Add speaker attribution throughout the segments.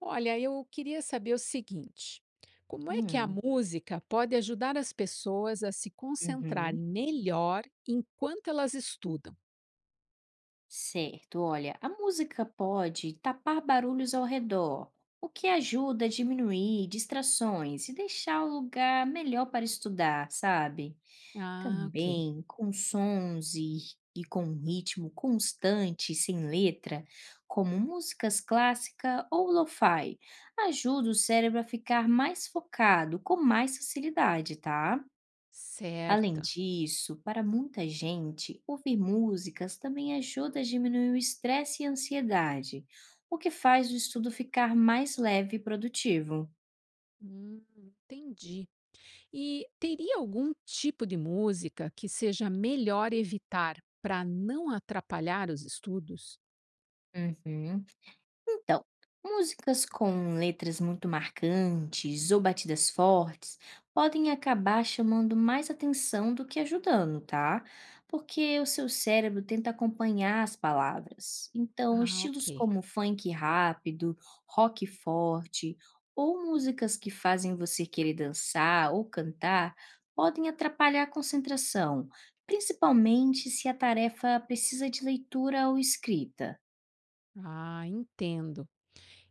Speaker 1: Olha, eu queria saber o seguinte: como é que a
Speaker 2: Hum,
Speaker 1: música pode ajudar as pessoas a se concentrarem
Speaker 2: uhum.
Speaker 1: melhor enquanto elas estudam?
Speaker 2: Certo, olha, a música pode tapar barulhos ao redor, o que ajuda a diminuir distrações e deixar o lugar melhor para estudar, sabe?
Speaker 1: Ah, ok.
Speaker 2: Também com sons e com um ritmo constante, sem letra, como músicas clássica ou lo-fi, ajuda o cérebro a ficar mais focado com mais facilidade, tá? Além
Speaker 1: Certo.
Speaker 2: disso, para muita gente, ouvir músicas também ajuda a diminuir o estresse e a ansiedade, o que faz o estudo ficar mais leve e produtivo.
Speaker 1: Entendi. E teria algum tipo de música que seja melhor evitar para não atrapalhar os estudos?
Speaker 2: Uhum. Então, músicas com letras muito marcantes ou batidas fortes podem acabar chamando mais atenção do que ajudando, tá? Porque o seu cérebro tenta acompanhar as palavras. Então,
Speaker 1: Ah, ok.
Speaker 2: estilos como funk rápido, rock forte ou músicas que fazem você querer dançar ou cantar podem atrapalhar a concentração, principalmente se a tarefa precisa de leitura ou escrita.
Speaker 1: Ah, entendo.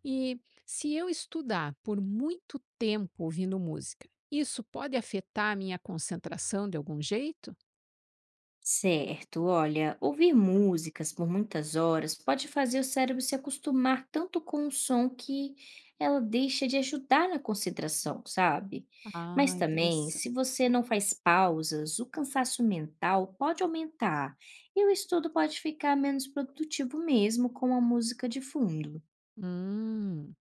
Speaker 1: E se eu estudar por muito tempo ouvindo música, isso pode afetar a minha concentração de algum jeito?
Speaker 2: Certo, olha, ouvir músicas por muitas horas pode fazer o cérebro se acostumar tanto com o som que ela deixa de ajudar na concentração, sabe? Mas
Speaker 1: Ah,
Speaker 2: também,
Speaker 1: interessante.
Speaker 2: se você não faz pausas, o cansaço mental pode aumentar e o estudo pode ficar menos produtivo mesmo com a música de fundo.
Speaker 1: Hum.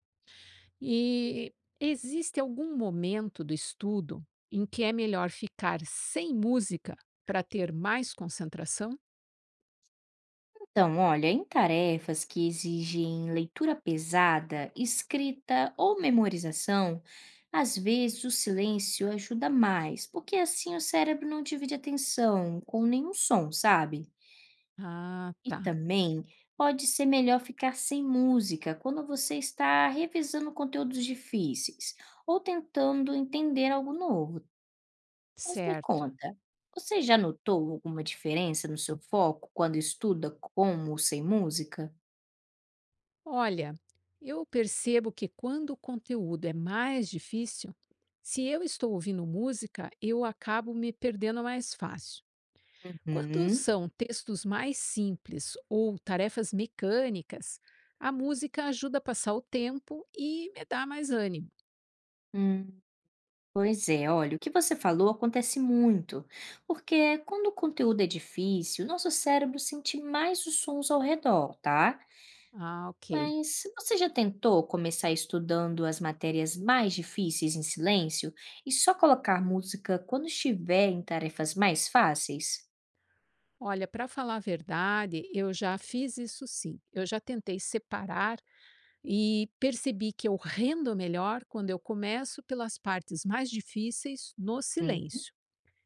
Speaker 1: E existe algum momento do estudo em que é melhor ficar sem música para ter mais concentração?
Speaker 2: Então, olha, em tarefas que exigem leitura pesada, escrita ou memorização, às vezes o silêncio ajuda mais, porque assim o cérebro não divide atenção com nenhum som, sabe?
Speaker 1: Ah,
Speaker 2: E
Speaker 1: tá.
Speaker 2: também pode ser melhor ficar sem música quando você está revisando conteúdos difíceis ou tentando entender algo novo. Mas me
Speaker 1: Certo.
Speaker 2: conta, você já notou alguma diferença no seu foco quando estuda com ou sem música?
Speaker 1: Olha, eu percebo que quando o conteúdo é mais difícil, se eu estou ouvindo música, eu acabo me perdendo mais fácil. Quando
Speaker 2: Hum,
Speaker 1: são textos mais simples ou tarefas mecânicas, a música ajuda a passar o tempo e me dá mais ânimo.
Speaker 2: hum, pois é, olha, o que você falou acontece muito, porque quando o conteúdo é difícil, nosso cérebro sente mais os sons ao redor, tá?
Speaker 1: Ah, ok.
Speaker 2: Mas você já tentou começar estudando as matérias mais difíceis em silêncio e só colocar música quando estiver em tarefas mais fáceis?
Speaker 1: Olha, para falar a verdade, eu já fiz isso sim. Eu já tentei separar e percebi que eu rendo melhor quando eu começo pelas partes mais difíceis no
Speaker 2: Hum,
Speaker 1: silêncio.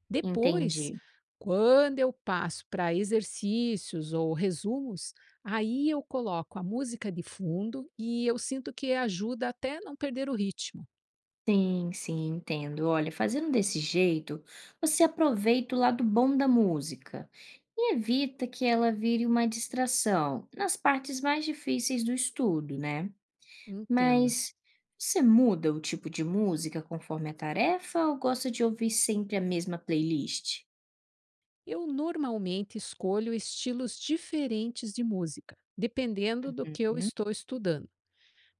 Speaker 1: Depois,
Speaker 2: entendi.
Speaker 1: quando eu passo para exercícios ou resumos, aí eu coloco a música de fundo e eu sinto que ajuda até não perder o ritmo.
Speaker 2: Sim, sim, entendo. Olha, fazendo desse jeito, você aproveita o lado bom da música e evita que ela vire uma distração nas partes mais difíceis do estudo, né?
Speaker 1: Entendo.
Speaker 2: Mas você muda o tipo de música conforme a tarefa ou gosta de ouvir sempre a mesma playlist?
Speaker 1: Eu normalmente escolho estilos diferentes de música, dependendo do que eu
Speaker 2: Uhum.
Speaker 1: estou estudando.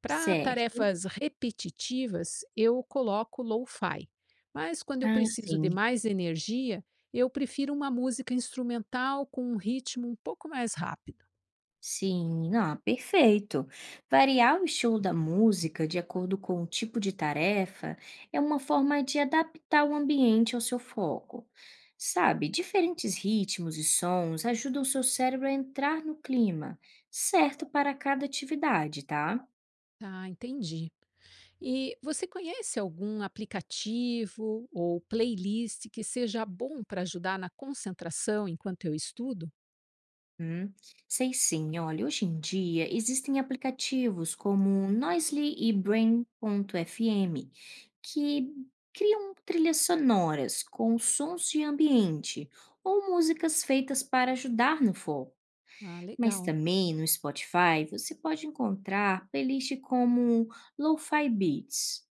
Speaker 1: Para
Speaker 2: Certo.
Speaker 1: tarefas repetitivas, eu coloco lo-fi, mas quando eu
Speaker 2: Ah,
Speaker 1: preciso de
Speaker 2: sim.
Speaker 1: mais energia, eu prefiro uma música instrumental com um ritmo um pouco mais rápido.
Speaker 2: Sim, ah, perfeito. Variar o estilo da música de acordo com o tipo de tarefa é uma forma de adaptar o ambiente ao seu foco. Sabe, diferentes ritmos e sons ajudam o seu cérebro a entrar no clima certo para cada atividade, tá?
Speaker 1: Tá, entendi. E você conhece algum aplicativo ou playlist que seja bom para ajudar na concentração enquanto eu estudo?
Speaker 2: Hum, sei sim, olha, hoje em dia existem aplicativos como Noisly e Brain.fm que criam trilhas sonoras com sons de ambiente ou músicas feitas para ajudar no foco.
Speaker 1: Ah,
Speaker 2: Mas
Speaker 1: legal.
Speaker 2: também no Spotify você pode encontrar playlists como Lo-Fi Beats,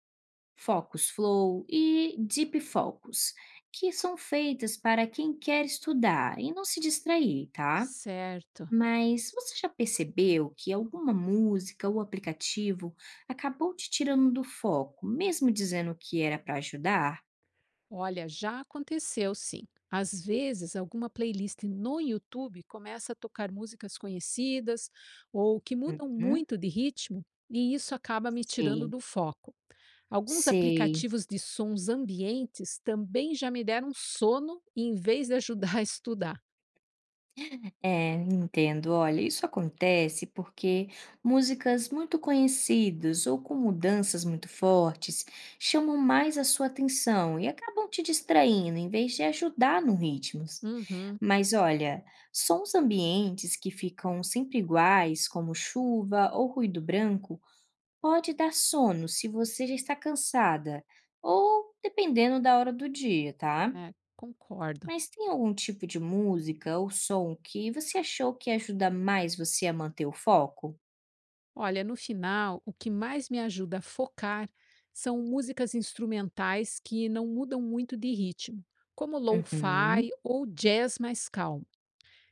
Speaker 2: Focus Flow e Deep Focus, que são feitas para quem quer estudar e não se distrair, tá?
Speaker 1: Certo.
Speaker 2: Mas você já percebeu que alguma música ou aplicativo acabou te tirando do foco, mesmo dizendo que era para ajudar?
Speaker 1: Olha, já aconteceu sim. Às vezes, alguma playlist no YouTube começa a tocar músicas conhecidas ou que mudam
Speaker 2: Uhum.
Speaker 1: muito de ritmo, e isso acaba me tirando
Speaker 2: Sei,
Speaker 1: do foco. Alguns
Speaker 2: sei.
Speaker 1: aplicativos de sons ambientes também já me deram sono em vez de ajudar a estudar.
Speaker 2: É, entendo. Olha, isso acontece porque músicas muito conhecidas ou com mudanças muito fortes chamam mais a sua atenção e acabam te distraindo em vez de ajudar no ritmo.
Speaker 1: Uhum,
Speaker 2: Mas olha, sons ambientes que ficam sempre iguais, como chuva ou ruído branco, pode dar sono se você já está cansada ou dependendo da hora do dia, tá?
Speaker 1: é, concordo.
Speaker 2: Mas tem algum tipo de música ou som que você achou que ajuda mais você a manter o foco?
Speaker 1: Olha, no final, o que mais me ajuda a focar são músicas instrumentais que não mudam muito de ritmo, como lo-fi
Speaker 2: Uhum.
Speaker 1: ou jazz mais calmo.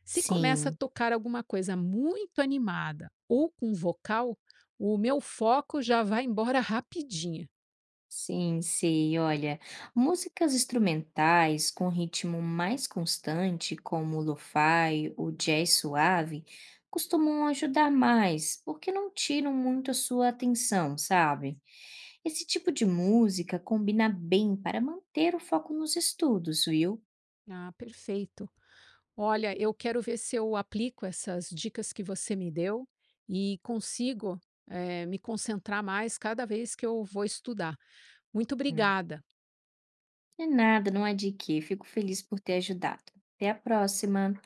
Speaker 1: Se começa a
Speaker 2: Sim,
Speaker 1: tocar alguma coisa muito animada ou com vocal, o meu foco já vai embora rapidinho.
Speaker 2: sim, sei. Olha, músicas instrumentais com ritmo mais constante, como o lo-fi, o jazz suave, costumam ajudar mais, porque não tiram muito a sua atenção, sabe? Esse tipo de música combina bem para manter o foco nos estudos, viu?
Speaker 1: Ah, perfeito. Olha, eu quero ver se eu aplico essas dicas que você me deu e consigo, me concentrar mais cada vez que eu vou estudar. Muito obrigada.
Speaker 2: De nada, não há de quê. Fico feliz por ter ajudado. Até a próxima.